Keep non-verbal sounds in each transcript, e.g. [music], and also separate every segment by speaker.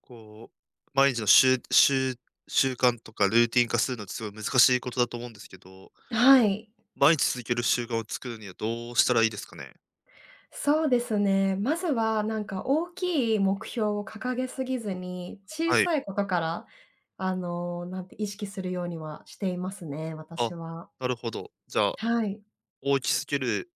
Speaker 1: こう、毎日の習慣とかルーティン化するのってすごい難しいことだと思うんですけど、
Speaker 2: はい。
Speaker 1: 毎日続ける習慣を作るにはどうしたらいいですかね？
Speaker 2: そうですね。まずは大きい目標を掲げすぎずに、小
Speaker 1: はい。
Speaker 2: さいことから、あの、なんて意識するようにはしていますね、私
Speaker 1: あ、
Speaker 2: は。
Speaker 1: なるほど。じゃあ、
Speaker 2: はい。
Speaker 1: 大きすぎる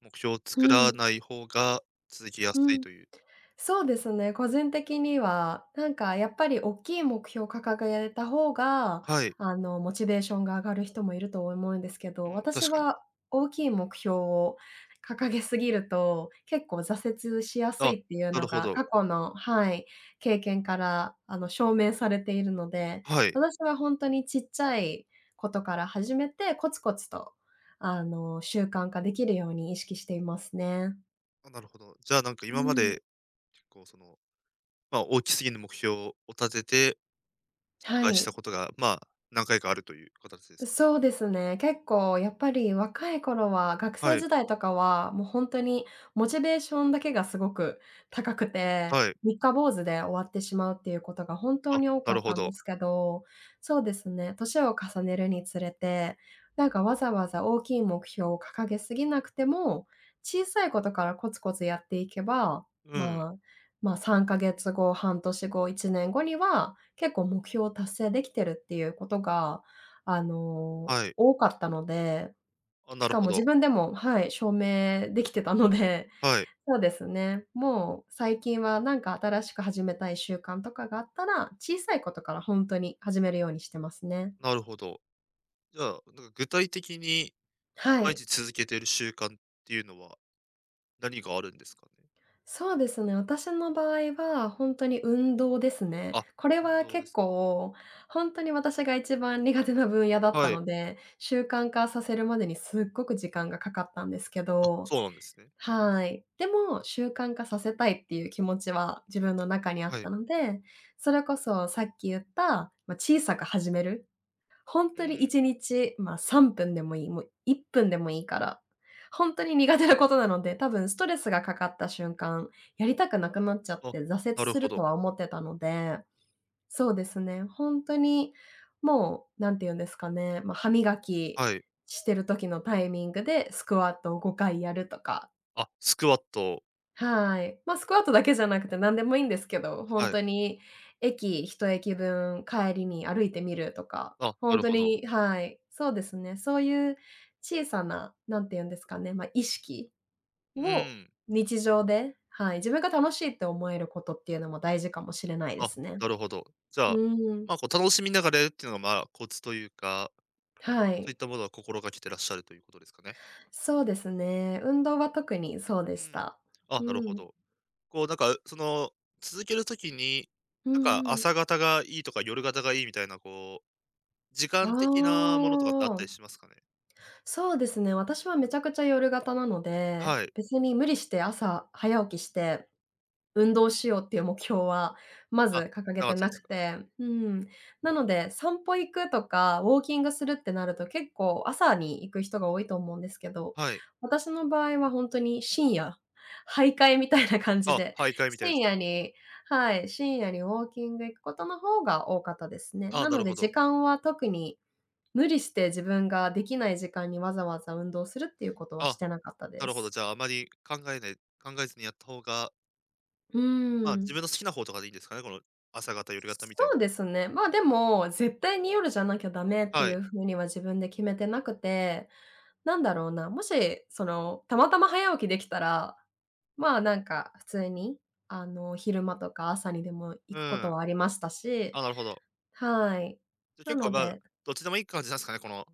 Speaker 1: 目標を作
Speaker 2: う
Speaker 1: ら
Speaker 2: ん、
Speaker 1: ない方が続きやす
Speaker 2: う
Speaker 1: い
Speaker 2: ん。
Speaker 1: という。
Speaker 2: そうですね、個人的には、やっぱり大きい目標を掲げた方が、
Speaker 1: はい。
Speaker 2: モチベーションが上がる人もいると思うんですけ
Speaker 1: う
Speaker 2: ど、
Speaker 1: ん、
Speaker 2: 私
Speaker 1: 確かに。
Speaker 2: は大きい目標を掲げすぎると、結構挫折しやす
Speaker 1: あ、
Speaker 2: いっていう
Speaker 1: な
Speaker 2: の
Speaker 1: るほ
Speaker 2: が
Speaker 1: ど。
Speaker 2: 過去の、はい、経験から、証明されているので、
Speaker 1: はい。
Speaker 2: 私は本当にちっちゃいことから始めて、コツコツと、習慣化できるように意識していますね。
Speaker 1: あ、なるほど。じゃあ、なんか
Speaker 2: う
Speaker 1: 今ま
Speaker 2: ん、
Speaker 1: で結構その、まあ、大きすぎる目標を立てて、失
Speaker 2: は
Speaker 1: 敗した
Speaker 2: い。
Speaker 1: ことが、まあ、何回かあるという形ですかね？
Speaker 2: そうですね。結構やっぱり若い頃は、学
Speaker 1: は
Speaker 2: 生
Speaker 1: い、
Speaker 2: 時代とかは、もうほんとにモチベーションだけがすごく高くて、
Speaker 1: はい。
Speaker 2: 三日坊主で終わってしまうっていうことが本当
Speaker 1: あ、
Speaker 2: に多
Speaker 1: な
Speaker 2: か
Speaker 1: る
Speaker 2: っ
Speaker 1: ほ
Speaker 2: たんで
Speaker 1: ど。
Speaker 2: すけど、そうですね、年を重ねるにつれて、わざわざ大きい目標を掲げすぎなくても、小さいことからコツコツやっていけば、
Speaker 1: うん、
Speaker 2: まあ、3か月後、半年後、1年後には、結構目標を達成できてるっていうことが
Speaker 1: はい。
Speaker 2: 多かったので、
Speaker 1: あ、な
Speaker 2: し
Speaker 1: る
Speaker 2: かも
Speaker 1: ほ
Speaker 2: 自
Speaker 1: ど。
Speaker 2: 分でも、はい、証明できてたので、
Speaker 1: はい、
Speaker 2: [laughs] そうですね。もう最近は新しく始めたい習慣とかがあったら、小さいことから本当に始めるようにしてますね。
Speaker 1: なるほど。じゃあ、なんか具体的に
Speaker 2: は
Speaker 1: 毎
Speaker 2: い。
Speaker 1: 日続けてる習慣っていうのは何があるんですかね？
Speaker 2: そうですね、私の場合は本当に運動ですね。
Speaker 1: あ、
Speaker 2: これ
Speaker 1: 運
Speaker 2: は
Speaker 1: 動で
Speaker 2: 結
Speaker 1: す。
Speaker 2: 構、本当に私が一番苦手な分野だった
Speaker 1: はい。
Speaker 2: ので、習慣化させるまでにすっごく時間がかかったんですけ
Speaker 1: あ、
Speaker 2: ど、
Speaker 1: そうなんですね。
Speaker 2: はい。でも、習慣化させたいっていう気持ちは自分の中にあっ
Speaker 1: はい。
Speaker 2: たので、それこそさっき言った、まあ、小さく始める。本
Speaker 1: う
Speaker 2: 当に
Speaker 1: ん。
Speaker 2: 1日、まあ、3分でもいい、もう1分でもいいから、本当に苦手なことなので、多分ストレスがかかった瞬間、やりたくなくなっちゃっ
Speaker 1: あ、
Speaker 2: て挫折
Speaker 1: なる
Speaker 2: す
Speaker 1: ほ
Speaker 2: ると
Speaker 1: ど。
Speaker 2: は思ってたので、そうですね、本当にもう、なんて言うんですかね、まあ、歯磨き
Speaker 1: はい。
Speaker 2: してる時のタイミングでスクワットを5回やるとか、
Speaker 1: あ、スクワット、
Speaker 2: はい。まあ、スクワットだけじゃなくて何でもいいんですけど、ほん
Speaker 1: はい。
Speaker 2: とに駅一駅分帰りに歩いてみるとか、
Speaker 1: あ、
Speaker 2: ほ
Speaker 1: な
Speaker 2: ん
Speaker 1: る
Speaker 2: と
Speaker 1: ほど。
Speaker 2: に、はい、そうですね。そういう小さな、何て言うんですかね、ま、意識
Speaker 1: う
Speaker 2: を
Speaker 1: ん。
Speaker 2: 日常で、はい、自分が楽しいって思えることっていうのも大事かもしれないで
Speaker 1: あ、
Speaker 2: すね。
Speaker 1: なるほど。じゃあ、
Speaker 2: うん、
Speaker 1: まあ、こう楽しみながらやるっていうのが、まあ、コツというか、
Speaker 2: は
Speaker 1: そうい
Speaker 2: い。
Speaker 1: ったものは心がけてらっしゃるということですかね？
Speaker 2: そうですね。運動は特にそうで
Speaker 1: う
Speaker 2: し
Speaker 1: ん。
Speaker 2: た。う
Speaker 1: あ、なるほ
Speaker 2: ん。
Speaker 1: ど。こうなんか、その、続けるときに、
Speaker 2: う
Speaker 1: なんか
Speaker 2: んうん。
Speaker 1: 朝方がいいとか夜型がいいみたいなこう、時
Speaker 2: あ
Speaker 1: 間的なものとかってあった
Speaker 2: あ。
Speaker 1: りしますかね？
Speaker 2: そうですね、私はめちゃくちゃ夜型なので、
Speaker 1: はい。
Speaker 2: 別に無理して朝早起きして運動しようっていう目標はま
Speaker 1: あ、
Speaker 2: ず掲げ
Speaker 1: なか
Speaker 2: て
Speaker 1: った
Speaker 2: な
Speaker 1: で
Speaker 2: く
Speaker 1: すか。
Speaker 2: て、うん。なので、散歩行くとか、ウォーキングするってなると結構朝に行く人が多いと思うんですけど、
Speaker 1: はい。
Speaker 2: 私の場合は本当に深夜、徘徊みたいな感じ
Speaker 1: あ、
Speaker 2: で、
Speaker 1: 徘徊みたいなや
Speaker 2: 深
Speaker 1: つ。
Speaker 2: 夜に、はい、深夜にウォーキング行くことの方が多かったですね。
Speaker 1: あ
Speaker 2: な
Speaker 1: な
Speaker 2: の
Speaker 1: る
Speaker 2: で
Speaker 1: ほ
Speaker 2: 時
Speaker 1: ど。
Speaker 2: 間は特に無理して自分ができない時間にわざわざ運動するっていうことはし
Speaker 1: あ、
Speaker 2: てなかったで
Speaker 1: なるほど。
Speaker 2: す。
Speaker 1: じゃあ、あまり考えずにやった方が、
Speaker 2: う
Speaker 1: ま
Speaker 2: ー
Speaker 1: あ、自
Speaker 2: ん。
Speaker 1: 分の好きな方とかでいいんですかね？この朝型、夜型みたいな。
Speaker 2: そうですね。まあ、でも、絶対に夜じゃなきゃダメって
Speaker 1: は
Speaker 2: い
Speaker 1: い。
Speaker 2: う風には自分で決めてなくて、なんだろうな、もし、その、たまたま早起きできたら、普通に、昼間とか朝にでも行
Speaker 1: う
Speaker 2: くこと
Speaker 1: ん。
Speaker 2: はありましたし、
Speaker 1: あ、なるほど。
Speaker 2: はい。
Speaker 1: じゃ、
Speaker 2: な
Speaker 1: 結構、
Speaker 2: の
Speaker 1: まあ、
Speaker 2: で
Speaker 1: どっちでもいい感じなんですかね？この、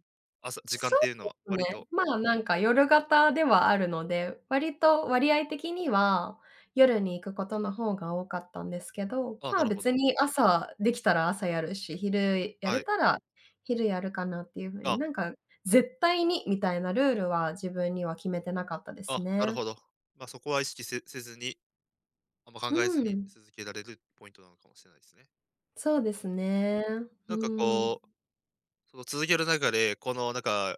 Speaker 1: 朝時間
Speaker 2: そ
Speaker 1: っていうのは、割
Speaker 2: ね、
Speaker 1: と。
Speaker 2: まあ、夜型ではあるので、割と割合的には、夜に行くことの方が多かったんですけど、
Speaker 1: あ、
Speaker 2: ま
Speaker 1: な
Speaker 2: あ、
Speaker 1: るほ
Speaker 2: 別
Speaker 1: ど。
Speaker 2: に朝できたら朝やるし、昼や
Speaker 1: は
Speaker 2: れ
Speaker 1: い。
Speaker 2: たら昼やるかなっていう風に、
Speaker 1: あ
Speaker 2: 絶対にみたいなルールは自分には決めてなかったです
Speaker 1: あ、なる
Speaker 2: ね。
Speaker 1: ほど。ま、あそこは意識せずに、あんま考
Speaker 2: う
Speaker 1: えずに
Speaker 2: ん、
Speaker 1: 続けられるポイントなのかもしれないですね。
Speaker 2: そうで
Speaker 1: う
Speaker 2: す
Speaker 1: ん。
Speaker 2: ね。う
Speaker 1: なんか
Speaker 2: ん。
Speaker 1: こう、その続ける中で、このなんか、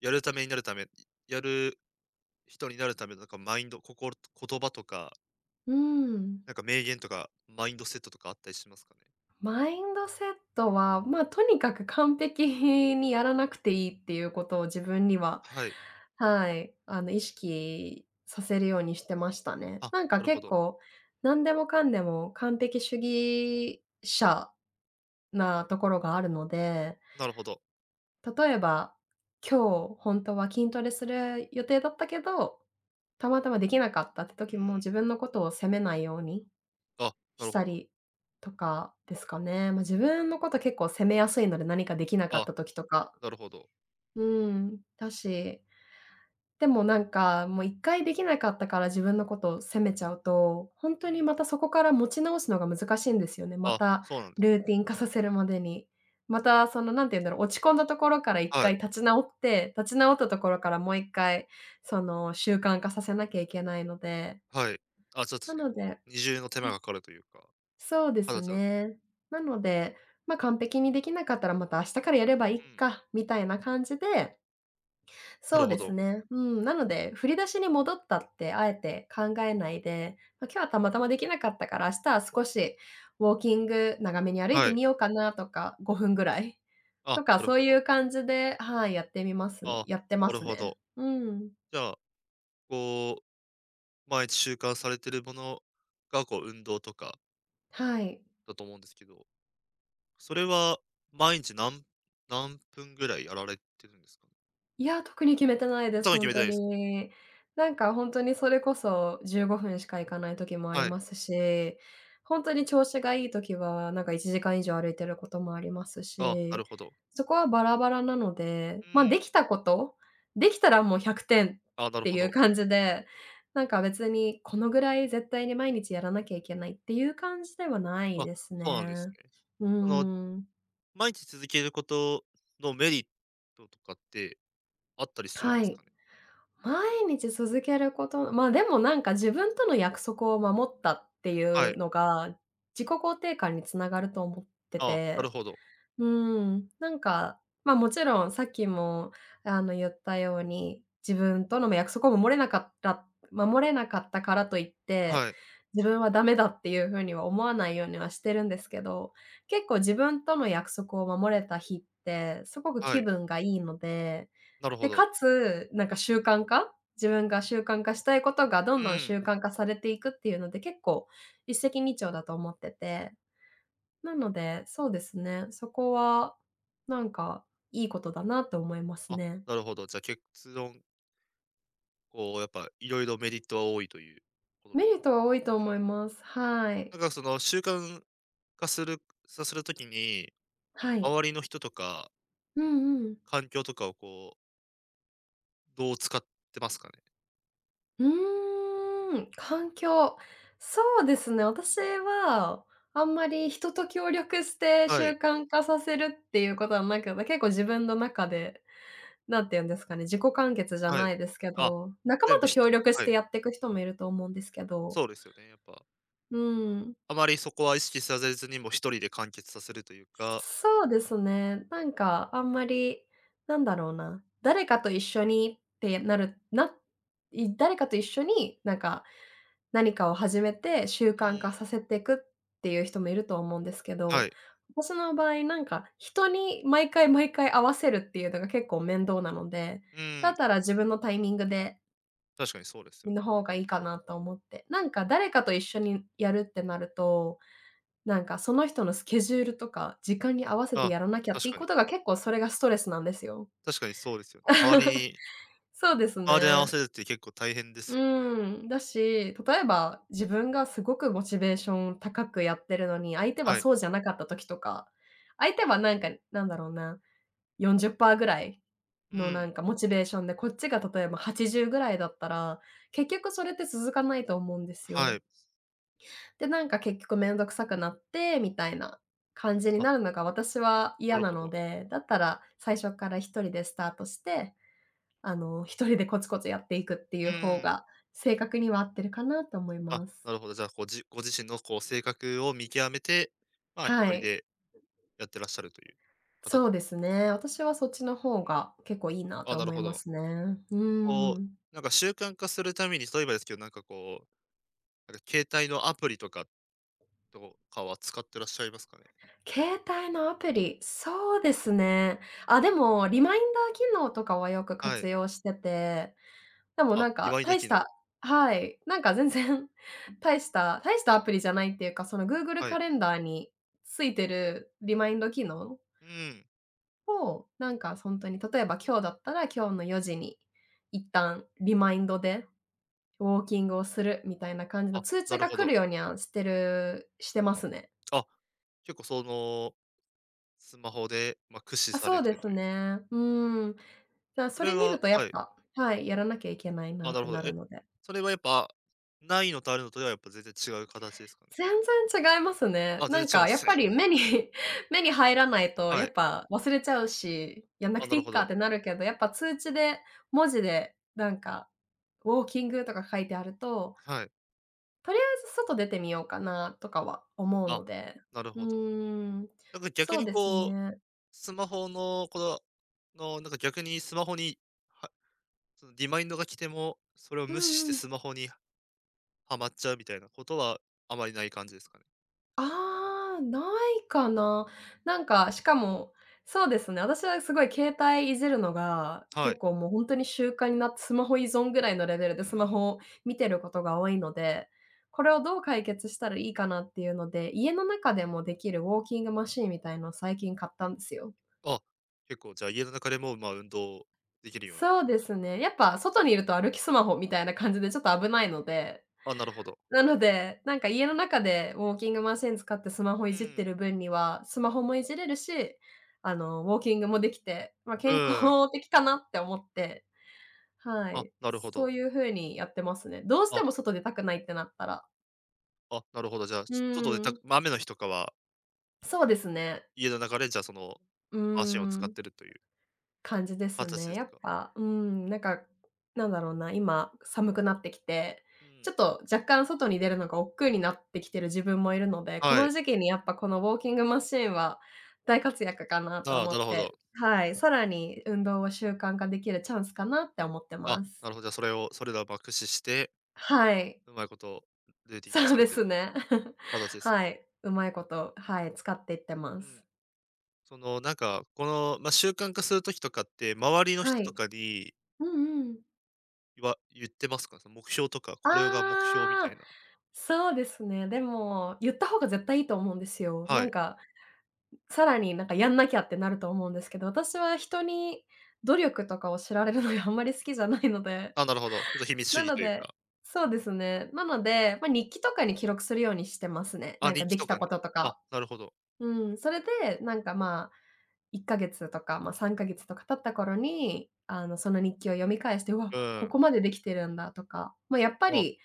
Speaker 1: やるためになるためやる人になるためのなんかマインド、言葉とか、
Speaker 2: うん。
Speaker 1: なんか名言とか、マインドセットとかあったりしますかね？
Speaker 2: マインドセットは、まあ、とにかく完璧にやらなくていいっていうことを自分には、
Speaker 1: はい。
Speaker 2: はい、意識させるようにしてましたね。
Speaker 1: あ、なるほ
Speaker 2: 結
Speaker 1: ど、
Speaker 2: 構、何でもかんでも完璧主義者なところがあるので、
Speaker 1: なるほど。
Speaker 2: 例えば、今日本当は筋トレする予定だったけど、たまたまできなかったって
Speaker 1: う
Speaker 2: 時も
Speaker 1: ん。
Speaker 2: 自分のことを責めないように
Speaker 1: あ、な
Speaker 2: し
Speaker 1: る
Speaker 2: た
Speaker 1: ほど。
Speaker 2: りとかですかね。まあ、自分のこと結構責めやすいので、何かできなかった
Speaker 1: あ、
Speaker 2: 時とか。
Speaker 1: なるほど。
Speaker 2: うん、だし、でも、もう一回できなかったから自分のことを責めちゃうと、本
Speaker 1: う
Speaker 2: 当に
Speaker 1: ん。
Speaker 2: またそこから持ち直すのが難しいんですよね。ま
Speaker 1: あ、
Speaker 2: た
Speaker 1: そうなんです。
Speaker 2: ルーティン化させるまでに。またその、なんて言うんだろう、落ち込んだところから一
Speaker 1: は
Speaker 2: 回
Speaker 1: い、
Speaker 2: 立ち直って、立ち直ったところからもう一回その習慣化させなきゃいけないので、
Speaker 1: はい。あ、ちょっと
Speaker 2: な
Speaker 1: 結
Speaker 2: の
Speaker 1: 構、
Speaker 2: で
Speaker 1: 二重の手間がかかるというか、
Speaker 2: そうです
Speaker 1: はちゃん
Speaker 2: ね。なので、まあ、完璧にできなかったらまた明日からやればいい
Speaker 1: うん、
Speaker 2: か、みたいな感じで、
Speaker 1: な
Speaker 2: そ
Speaker 1: る
Speaker 2: う
Speaker 1: ほ
Speaker 2: です
Speaker 1: ど。
Speaker 2: ね、うん、なので、振り出しに戻ったってあえて考えないで、まあ、今日はたまたまできなかったから明日は少しウォーキング長めに歩いて
Speaker 1: はい。
Speaker 2: みようかなとか、5分ぐらい
Speaker 1: あ、
Speaker 2: とか、
Speaker 1: なる
Speaker 2: そう
Speaker 1: ほ
Speaker 2: い
Speaker 1: ど。
Speaker 2: う感じで、はい、
Speaker 1: あ
Speaker 2: やってま
Speaker 1: なる
Speaker 2: す
Speaker 1: ほ
Speaker 2: ね。
Speaker 1: ど。
Speaker 2: うん。
Speaker 1: じゃあ、こう、毎日習慣されてるものが、こう、運動とか
Speaker 2: はい。
Speaker 1: だと思うんですけど、それは毎日何、何分ぐらいやられてるんですかね？
Speaker 2: いや、特に決めてないです、
Speaker 1: 頭に
Speaker 2: ほ
Speaker 1: 決
Speaker 2: ん
Speaker 1: めて
Speaker 2: と
Speaker 1: ないですか？
Speaker 2: に。ほんとにそれこそ15分しか行かない時もあり
Speaker 1: はい。
Speaker 2: ますし、ほんとに調子がいい時は、1時間以上歩いてることもあります
Speaker 1: あ、な
Speaker 2: し、
Speaker 1: るほど。
Speaker 2: そこはバラバラなので、
Speaker 1: う
Speaker 2: ま、
Speaker 1: ん。
Speaker 2: できたこと、できたらもう100点っ
Speaker 1: あ、なる
Speaker 2: て
Speaker 1: ほ
Speaker 2: いう
Speaker 1: ど。
Speaker 2: 感じで、別にこのぐらい絶対に毎日やらなきゃいけないっていう感じではない
Speaker 1: あ、
Speaker 2: です
Speaker 1: そうなんです
Speaker 2: ね。
Speaker 1: ね。
Speaker 2: うー
Speaker 1: その、
Speaker 2: ん、
Speaker 1: 毎日続けることのメリットとかってあったりするん
Speaker 2: は
Speaker 1: です
Speaker 2: い。
Speaker 1: かね？
Speaker 2: 毎日続けること、まあ、でも自分との約束を守ったってい
Speaker 1: は
Speaker 2: う
Speaker 1: い。
Speaker 2: のが、自己肯定感につながると思って
Speaker 1: あなる
Speaker 2: て、
Speaker 1: ほど。
Speaker 2: うん、ま、もちろんさっきも、言ったように、自分との約束を守れなかったからといって、
Speaker 1: はい、
Speaker 2: 自分はダメだっていう風には思わないようにはしてるんですけど、結構自分との約束を守れた日って、すごく
Speaker 1: は
Speaker 2: 気
Speaker 1: い。
Speaker 2: 分がいいので、
Speaker 1: なるほ
Speaker 2: で、
Speaker 1: ど。
Speaker 2: かつ、なんか習慣化自分が習慣化したいことがど
Speaker 1: う
Speaker 2: んどん
Speaker 1: ん。
Speaker 2: 習慣化されていくっていうので、結構一石二鳥だと思ってて、なので、そうですね、そこはなんかいいことだなと思います
Speaker 1: あ、
Speaker 2: ね。
Speaker 1: なるほど。じゃ、結論こうやっぱいろいろメリットは多いということ。
Speaker 2: メリットは多いと思
Speaker 1: う
Speaker 2: い
Speaker 1: ん。
Speaker 2: ます。はい。
Speaker 1: なんかその習慣化させるときに、
Speaker 2: はい。
Speaker 1: 周りの人とか
Speaker 2: うんうん。
Speaker 1: 環境とかをこう、どう使ってますかね？
Speaker 2: うーん、環境。そうですね、私はあんまり人と協力して
Speaker 1: は
Speaker 2: 習
Speaker 1: い、
Speaker 2: 慣化させるっていうことはなくて、結構自分の中で、なんて言うんですかね、自己完結じゃ
Speaker 1: は
Speaker 2: な
Speaker 1: い。
Speaker 2: いですけ
Speaker 1: あ、
Speaker 2: ど、仲間
Speaker 1: 全部
Speaker 2: と
Speaker 1: ひ
Speaker 2: 協
Speaker 1: と
Speaker 2: 力し
Speaker 1: は
Speaker 2: て
Speaker 1: い、
Speaker 2: やっていく人もいると思うんですけど、
Speaker 1: そうですよね、やっぱ。
Speaker 2: うん。
Speaker 1: あまりそこは意識させずにもう人で完結させるというか、
Speaker 2: そうですね。あんまり、なんだろうな、誰かと一緒に何かを始めて習
Speaker 1: う
Speaker 2: 慣化
Speaker 1: ん、
Speaker 2: させていくっていう人もいると思うんですけ
Speaker 1: は
Speaker 2: ど、
Speaker 1: い、
Speaker 2: 私の場合、人に毎回毎回合わせるっていうのが結構面倒なので、
Speaker 1: う
Speaker 2: だ
Speaker 1: ん、
Speaker 2: ったら自分のタイミングで
Speaker 1: 確かにそうですよ
Speaker 2: の
Speaker 1: ね。
Speaker 2: 方がいいかなと思って。なんか誰かと一緒にやるってなると、なんかその人のスケジュールとか、時間に合わせて
Speaker 1: あ、
Speaker 2: やらなきゃって
Speaker 1: 確
Speaker 2: いう
Speaker 1: か
Speaker 2: こ
Speaker 1: に、
Speaker 2: とが、結構それがストレスなんですよ。
Speaker 1: 確かにそうですよね。周りに
Speaker 2: そうです
Speaker 1: 周りに合わ
Speaker 2: ね。
Speaker 1: せるって結構大変で
Speaker 2: う
Speaker 1: すよね。
Speaker 2: ーん。だし、例えば自分がすごくモチベーション高くやってるのに、相手は
Speaker 1: はい、
Speaker 2: そうじゃなかった時とか、相手はなんか、なんだろうな、40%ぐらい
Speaker 1: う
Speaker 2: のなん
Speaker 1: ん、
Speaker 2: かモチベーションで、こっちが例えば80ぐらいだったら、結局それって続かないと思うんです
Speaker 1: は
Speaker 2: よ。
Speaker 1: い、
Speaker 2: で、なんか結局めんどくさくなってみたいな感じに
Speaker 1: あ、
Speaker 2: なるのが私は
Speaker 1: な
Speaker 2: 嫌
Speaker 1: る
Speaker 2: な
Speaker 1: ほ
Speaker 2: の
Speaker 1: ど。
Speaker 2: で、だったら最初から一人でスタートして、一人でコツコツやっていくってい
Speaker 1: う
Speaker 2: う方
Speaker 1: ん。
Speaker 2: が正確には合ってるかなと思い
Speaker 1: あ、
Speaker 2: ます。
Speaker 1: なるほど。じゃあ、こう、ご自身のこう性格を見極めて、まあ、一
Speaker 2: は
Speaker 1: 人
Speaker 2: い。
Speaker 1: でやってらっしゃるという形
Speaker 2: そう
Speaker 1: で
Speaker 2: で
Speaker 1: す。
Speaker 2: すね。私はそっちの方
Speaker 1: うん。
Speaker 2: が結構いいな
Speaker 1: あ、
Speaker 2: と
Speaker 1: なる
Speaker 2: 思い
Speaker 1: ほ
Speaker 2: ま
Speaker 1: ど。
Speaker 2: すね。う
Speaker 1: こ
Speaker 2: ん。
Speaker 1: う、なんか習慣化するために、例えばですけど、なんかこう、なんか携帯のアプリとかは使ってらっしゃいますかね？
Speaker 2: 携帯のアプリ、そうですね。あ、でもリマインダー機能とかはよく
Speaker 1: は
Speaker 2: 活
Speaker 1: い。
Speaker 2: 用してて、でも
Speaker 1: あ、
Speaker 2: なんか、
Speaker 1: 祝いだ
Speaker 2: 大し
Speaker 1: けの
Speaker 2: た、はい、なんか全然 [laughs] 大したアプリじゃないっていうか、その Google
Speaker 1: はい。
Speaker 2: カレンダーについてるリマインド機能
Speaker 1: うん。
Speaker 2: を、なんか本当に例えば今日だったら、今日の4時に一旦リマインドでウォーキングをするみたいな感じの
Speaker 1: あ、
Speaker 2: 通
Speaker 1: な
Speaker 2: 知
Speaker 1: る
Speaker 2: が
Speaker 1: ほ
Speaker 2: 来
Speaker 1: ど。
Speaker 2: るようにはしてますね。
Speaker 1: あ、結構その、スマホで、まあ、駆使
Speaker 2: あ、
Speaker 1: さ
Speaker 2: そ
Speaker 1: れ
Speaker 2: う
Speaker 1: て
Speaker 2: で
Speaker 1: る
Speaker 2: す
Speaker 1: という。
Speaker 2: ね。うん。
Speaker 1: そ
Speaker 2: そ
Speaker 1: れ
Speaker 2: れ見
Speaker 1: は
Speaker 2: るとや
Speaker 1: は
Speaker 2: っ
Speaker 1: い。
Speaker 2: ぱ、はい、やらなきゃいけないな
Speaker 1: あ、
Speaker 2: っ
Speaker 1: なる
Speaker 2: て
Speaker 1: ほ
Speaker 2: な
Speaker 1: ど。
Speaker 2: る
Speaker 1: え、
Speaker 2: ので。
Speaker 1: それはやっぱ、ないのとあるのとではやっぱ全然違う形ですかね？
Speaker 2: 全然違いますね。
Speaker 1: あ、
Speaker 2: な
Speaker 1: 全然
Speaker 2: ん
Speaker 1: 違うんで
Speaker 2: かやっぱ
Speaker 1: す。
Speaker 2: り[laughs] 目に入らないと、
Speaker 1: は
Speaker 2: やっ
Speaker 1: い。
Speaker 2: ぱ忘れちゃうし、やんな
Speaker 1: あ、
Speaker 2: く
Speaker 1: な
Speaker 2: てい
Speaker 1: る
Speaker 2: い
Speaker 1: ほ
Speaker 2: かっ
Speaker 1: ど。
Speaker 2: てなるけど、やっぱ通知で、文字でなんかウォーキングとか書いてあると、
Speaker 1: はい。
Speaker 2: とりあえず外出てみようかなとかは思う
Speaker 1: あ、
Speaker 2: ので。
Speaker 1: なる
Speaker 2: う
Speaker 1: ほど。
Speaker 2: ーん、
Speaker 1: なんか逆
Speaker 2: そう
Speaker 1: に
Speaker 2: です
Speaker 1: こう、
Speaker 2: ね。
Speaker 1: スマホのこの、なんか逆にスマホに、はそのリマインドが来ても、それを
Speaker 2: う
Speaker 1: 無視し
Speaker 2: んう
Speaker 1: て
Speaker 2: ん。
Speaker 1: スマホにはまっちゃうみたいなことはあまりない感じですかね？
Speaker 2: ああ、ないかな。なんか、しかも、そうですね、私はすごい携帯いじるのが、
Speaker 1: は
Speaker 2: 結
Speaker 1: い。
Speaker 2: 構もうほんとに習慣になって、スマホ依存ぐらいのレベルで
Speaker 1: う
Speaker 2: スマ
Speaker 1: ん。
Speaker 2: ホを見てることが多いので、これをどう解決したらいいかなっていうので、家の中でもできるウォーキングマシーンみたいのを最近買ったんですよ。
Speaker 1: あ、結構じゃあ家の中でも、ま、運動できるように。
Speaker 2: そうですね。やっぱ外にいると歩きスマホみたいな感じでちょっと危ないので
Speaker 1: あ、なるほど。
Speaker 2: なので、なんか家の中でウォーキングマシン使ってスマホい
Speaker 1: う
Speaker 2: じって
Speaker 1: ん。
Speaker 2: る分には、スマホもいじれるし、ウォーキングもできて、ま、
Speaker 1: う
Speaker 2: 健
Speaker 1: ん。
Speaker 2: 康的かなって思って、は
Speaker 1: あ、
Speaker 2: い、
Speaker 1: なるほ
Speaker 2: そ
Speaker 1: ど。
Speaker 2: ういう風にやってますね。どうし
Speaker 1: あ、
Speaker 2: ても外出たくないってなったら。
Speaker 1: あ、なるほど。じゃあ、
Speaker 2: う
Speaker 1: 外でた
Speaker 2: ーん、
Speaker 1: まあ雨の日とかは、
Speaker 2: そうですね。
Speaker 1: 家の中でじゃあその、
Speaker 2: うー
Speaker 1: マシンを使っ
Speaker 2: ん。
Speaker 1: てるという
Speaker 2: 感じです
Speaker 1: 形
Speaker 2: ね。
Speaker 1: で
Speaker 2: や
Speaker 1: す
Speaker 2: っ
Speaker 1: か？
Speaker 2: ぱ、うん、なんか、なんだろうな、今寒くなってきて、
Speaker 1: う
Speaker 2: ちょ
Speaker 1: ん。
Speaker 2: っと若干外に出るのが億劫になってきてる自分もいるので、こ
Speaker 1: は
Speaker 2: の
Speaker 1: い。
Speaker 2: 時期にやっぱこのウォーキングマシーンは大活躍かなと
Speaker 1: ああ、
Speaker 2: 思
Speaker 1: なる
Speaker 2: っ
Speaker 1: ほ
Speaker 2: て、
Speaker 1: ど。
Speaker 2: はい、さらに運動を習慣化できるチャンスかなって思って
Speaker 1: あ、
Speaker 2: ま
Speaker 1: な
Speaker 2: す。
Speaker 1: るほど、じゃあそれらを、ま、駆使して、
Speaker 2: はい、
Speaker 1: うまいことルーティン化
Speaker 2: そう
Speaker 1: され
Speaker 2: で
Speaker 1: て
Speaker 2: す
Speaker 1: る
Speaker 2: ね。[laughs]
Speaker 1: 形です。
Speaker 2: はい、うまいこと、はい、使っていってま
Speaker 1: う
Speaker 2: す。
Speaker 1: ん。その、なんか、この、まあ、習慣化する時とかって、周りの
Speaker 2: は
Speaker 1: 人と
Speaker 2: い。
Speaker 1: かに、
Speaker 2: うんうん。
Speaker 1: 言ってますか？その目標とか、これが目標みた
Speaker 2: ああ。
Speaker 1: いな。
Speaker 2: そうですね。でも、言った方が絶対いいと思うんですよ。な
Speaker 1: は
Speaker 2: ん
Speaker 1: い。
Speaker 2: か、さらになんかやんなきゃってなると思うんですけど、私は人に努力とかを知られるのがあんまり好きじゃないので、
Speaker 1: あ、なるほど。ちょっと秘密主
Speaker 2: な
Speaker 1: 義
Speaker 2: の
Speaker 1: という
Speaker 2: で、
Speaker 1: か。
Speaker 2: そうですね。なので、まあ、日記とかに記録するようにしてますね。
Speaker 1: あ、
Speaker 2: なんか
Speaker 1: 日
Speaker 2: で
Speaker 1: 記
Speaker 2: き
Speaker 1: と
Speaker 2: た
Speaker 1: かに。
Speaker 2: ことと
Speaker 1: あ、
Speaker 2: か。
Speaker 1: なるほど。
Speaker 2: うん、それで、なんかまあ、1か月とか、まあ、3か月とか経った頃に、その日記を読み返して、う
Speaker 1: う
Speaker 2: わ、こ
Speaker 1: ん。
Speaker 2: こまでできてるんだとか、まあ、やっぱ
Speaker 1: あ、
Speaker 2: り、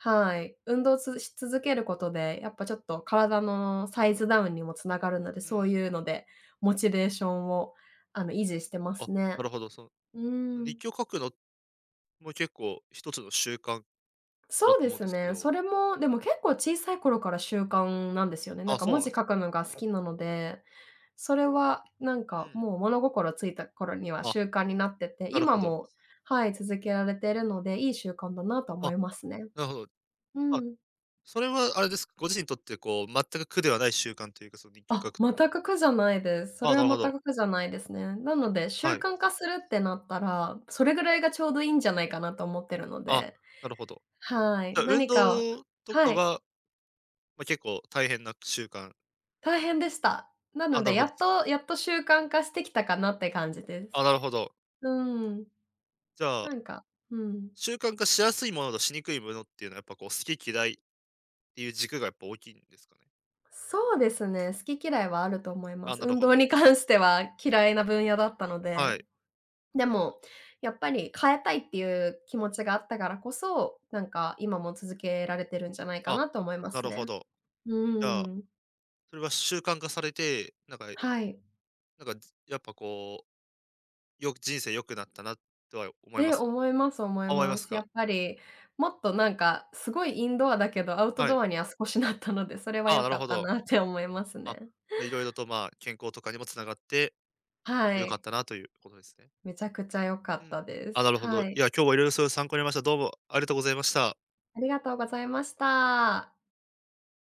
Speaker 2: はい、運動し続けることで、やっぱちょっと体のサイズダウンにもつながるので、
Speaker 1: う
Speaker 2: そ
Speaker 1: ん。
Speaker 2: ういうのでモチベーションを、維持してます
Speaker 1: あ、
Speaker 2: ね。
Speaker 1: なるほど。その、
Speaker 2: う
Speaker 1: その
Speaker 2: ーん。
Speaker 1: 日記を書くのも結構一つの習慣かだ
Speaker 2: そ
Speaker 1: と
Speaker 2: うで
Speaker 1: 思うん
Speaker 2: す
Speaker 1: ですけ
Speaker 2: ね。
Speaker 1: ど。
Speaker 2: それも、でも結構小さい頃から習慣なんですよね。なん
Speaker 1: あ、
Speaker 2: か
Speaker 1: そう
Speaker 2: 文
Speaker 1: なん
Speaker 2: 字
Speaker 1: です
Speaker 2: 書
Speaker 1: ね。
Speaker 2: くのが好きなので、それはなん
Speaker 1: う
Speaker 2: か
Speaker 1: ん。
Speaker 2: もう物心ついた頃には
Speaker 1: あ、
Speaker 2: 習慣になってて、
Speaker 1: なる
Speaker 2: 今
Speaker 1: ほど。
Speaker 2: も、はい、続けられているので、いい習慣だなと思
Speaker 1: あ、
Speaker 2: いますね。
Speaker 1: なるほど。
Speaker 2: う
Speaker 1: あ、
Speaker 2: ん。
Speaker 1: それはあれですか、ご自身にとってこう、全く苦ではない習慣というか、その日記を書
Speaker 2: あ、
Speaker 1: くと
Speaker 2: 全
Speaker 1: か。
Speaker 2: く苦じゃないです。そ
Speaker 1: あ
Speaker 2: れ
Speaker 1: あ、
Speaker 2: は
Speaker 1: なる
Speaker 2: 全
Speaker 1: ほど。
Speaker 2: く苦じゃないですね。なので、習
Speaker 1: はい。
Speaker 2: 慣化するってなったら、それぐらいがちょうどいいんじゃないかなと思ってるの
Speaker 1: あ、
Speaker 2: で、
Speaker 1: なるほど。
Speaker 2: はい、
Speaker 1: じゃあ、運
Speaker 2: 何かを、
Speaker 1: 動とか
Speaker 2: はい。
Speaker 1: は、ま、結構大変な習慣。
Speaker 2: 大変でした。なの
Speaker 1: あ、な
Speaker 2: で、
Speaker 1: るほ
Speaker 2: や
Speaker 1: ど。
Speaker 2: っとやっと習慣化してきたかなって感じで
Speaker 1: あ、
Speaker 2: す。
Speaker 1: なるほど。
Speaker 2: うーん。
Speaker 1: じゃあ、
Speaker 2: なんか、うん。
Speaker 1: 習慣化しやすいものとしにくいものっていうのは、やっぱこう、好き嫌いっていう軸がやっぱ大きいんですかね？
Speaker 2: そうですね、好き嫌いはあると思いま
Speaker 1: あ、
Speaker 2: す。
Speaker 1: なる
Speaker 2: 運
Speaker 1: ほ
Speaker 2: 動
Speaker 1: ど。
Speaker 2: に関しては嫌いな分野だったの
Speaker 1: は
Speaker 2: で。
Speaker 1: い。
Speaker 2: でも、やっぱり変えたいっていう気持ちがあったからこそ、なんか今も続けられてるんじゃないか
Speaker 1: あ、
Speaker 2: なと思いま
Speaker 1: な
Speaker 2: す
Speaker 1: るほ
Speaker 2: ね。
Speaker 1: ど。
Speaker 2: う
Speaker 1: じ
Speaker 2: ー
Speaker 1: ゃあ、
Speaker 2: ん。
Speaker 1: それは習慣化されて、なんか
Speaker 2: はい。
Speaker 1: なんか、やっぱこう、人生良くなったなとは思い
Speaker 2: え、
Speaker 1: ますか？
Speaker 2: 思います、思い
Speaker 1: あ、思いま
Speaker 2: ま
Speaker 1: す
Speaker 2: す。や
Speaker 1: か？
Speaker 2: っぱり、もっとなんか、すごいインドアだけど、アウト
Speaker 1: は
Speaker 2: ド
Speaker 1: い。
Speaker 2: アには少しなったので、それは
Speaker 1: ああ、
Speaker 2: 良
Speaker 1: なる
Speaker 2: かっ
Speaker 1: ほ
Speaker 2: た
Speaker 1: ど。
Speaker 2: なって思います
Speaker 1: あ、
Speaker 2: ね。
Speaker 1: じゃ、色々と、まあ、健康とかにもつながって、
Speaker 2: は
Speaker 1: 良かっ
Speaker 2: い。
Speaker 1: たなということですね。
Speaker 2: めちゃくちゃ良か
Speaker 1: う
Speaker 2: っ
Speaker 1: ん。
Speaker 2: たで
Speaker 1: あ、
Speaker 2: す。
Speaker 1: なるほど。い
Speaker 2: はい。
Speaker 1: や、今日は色々そういう参考になりました。どうもありがとうございました。
Speaker 2: ありがとうございました。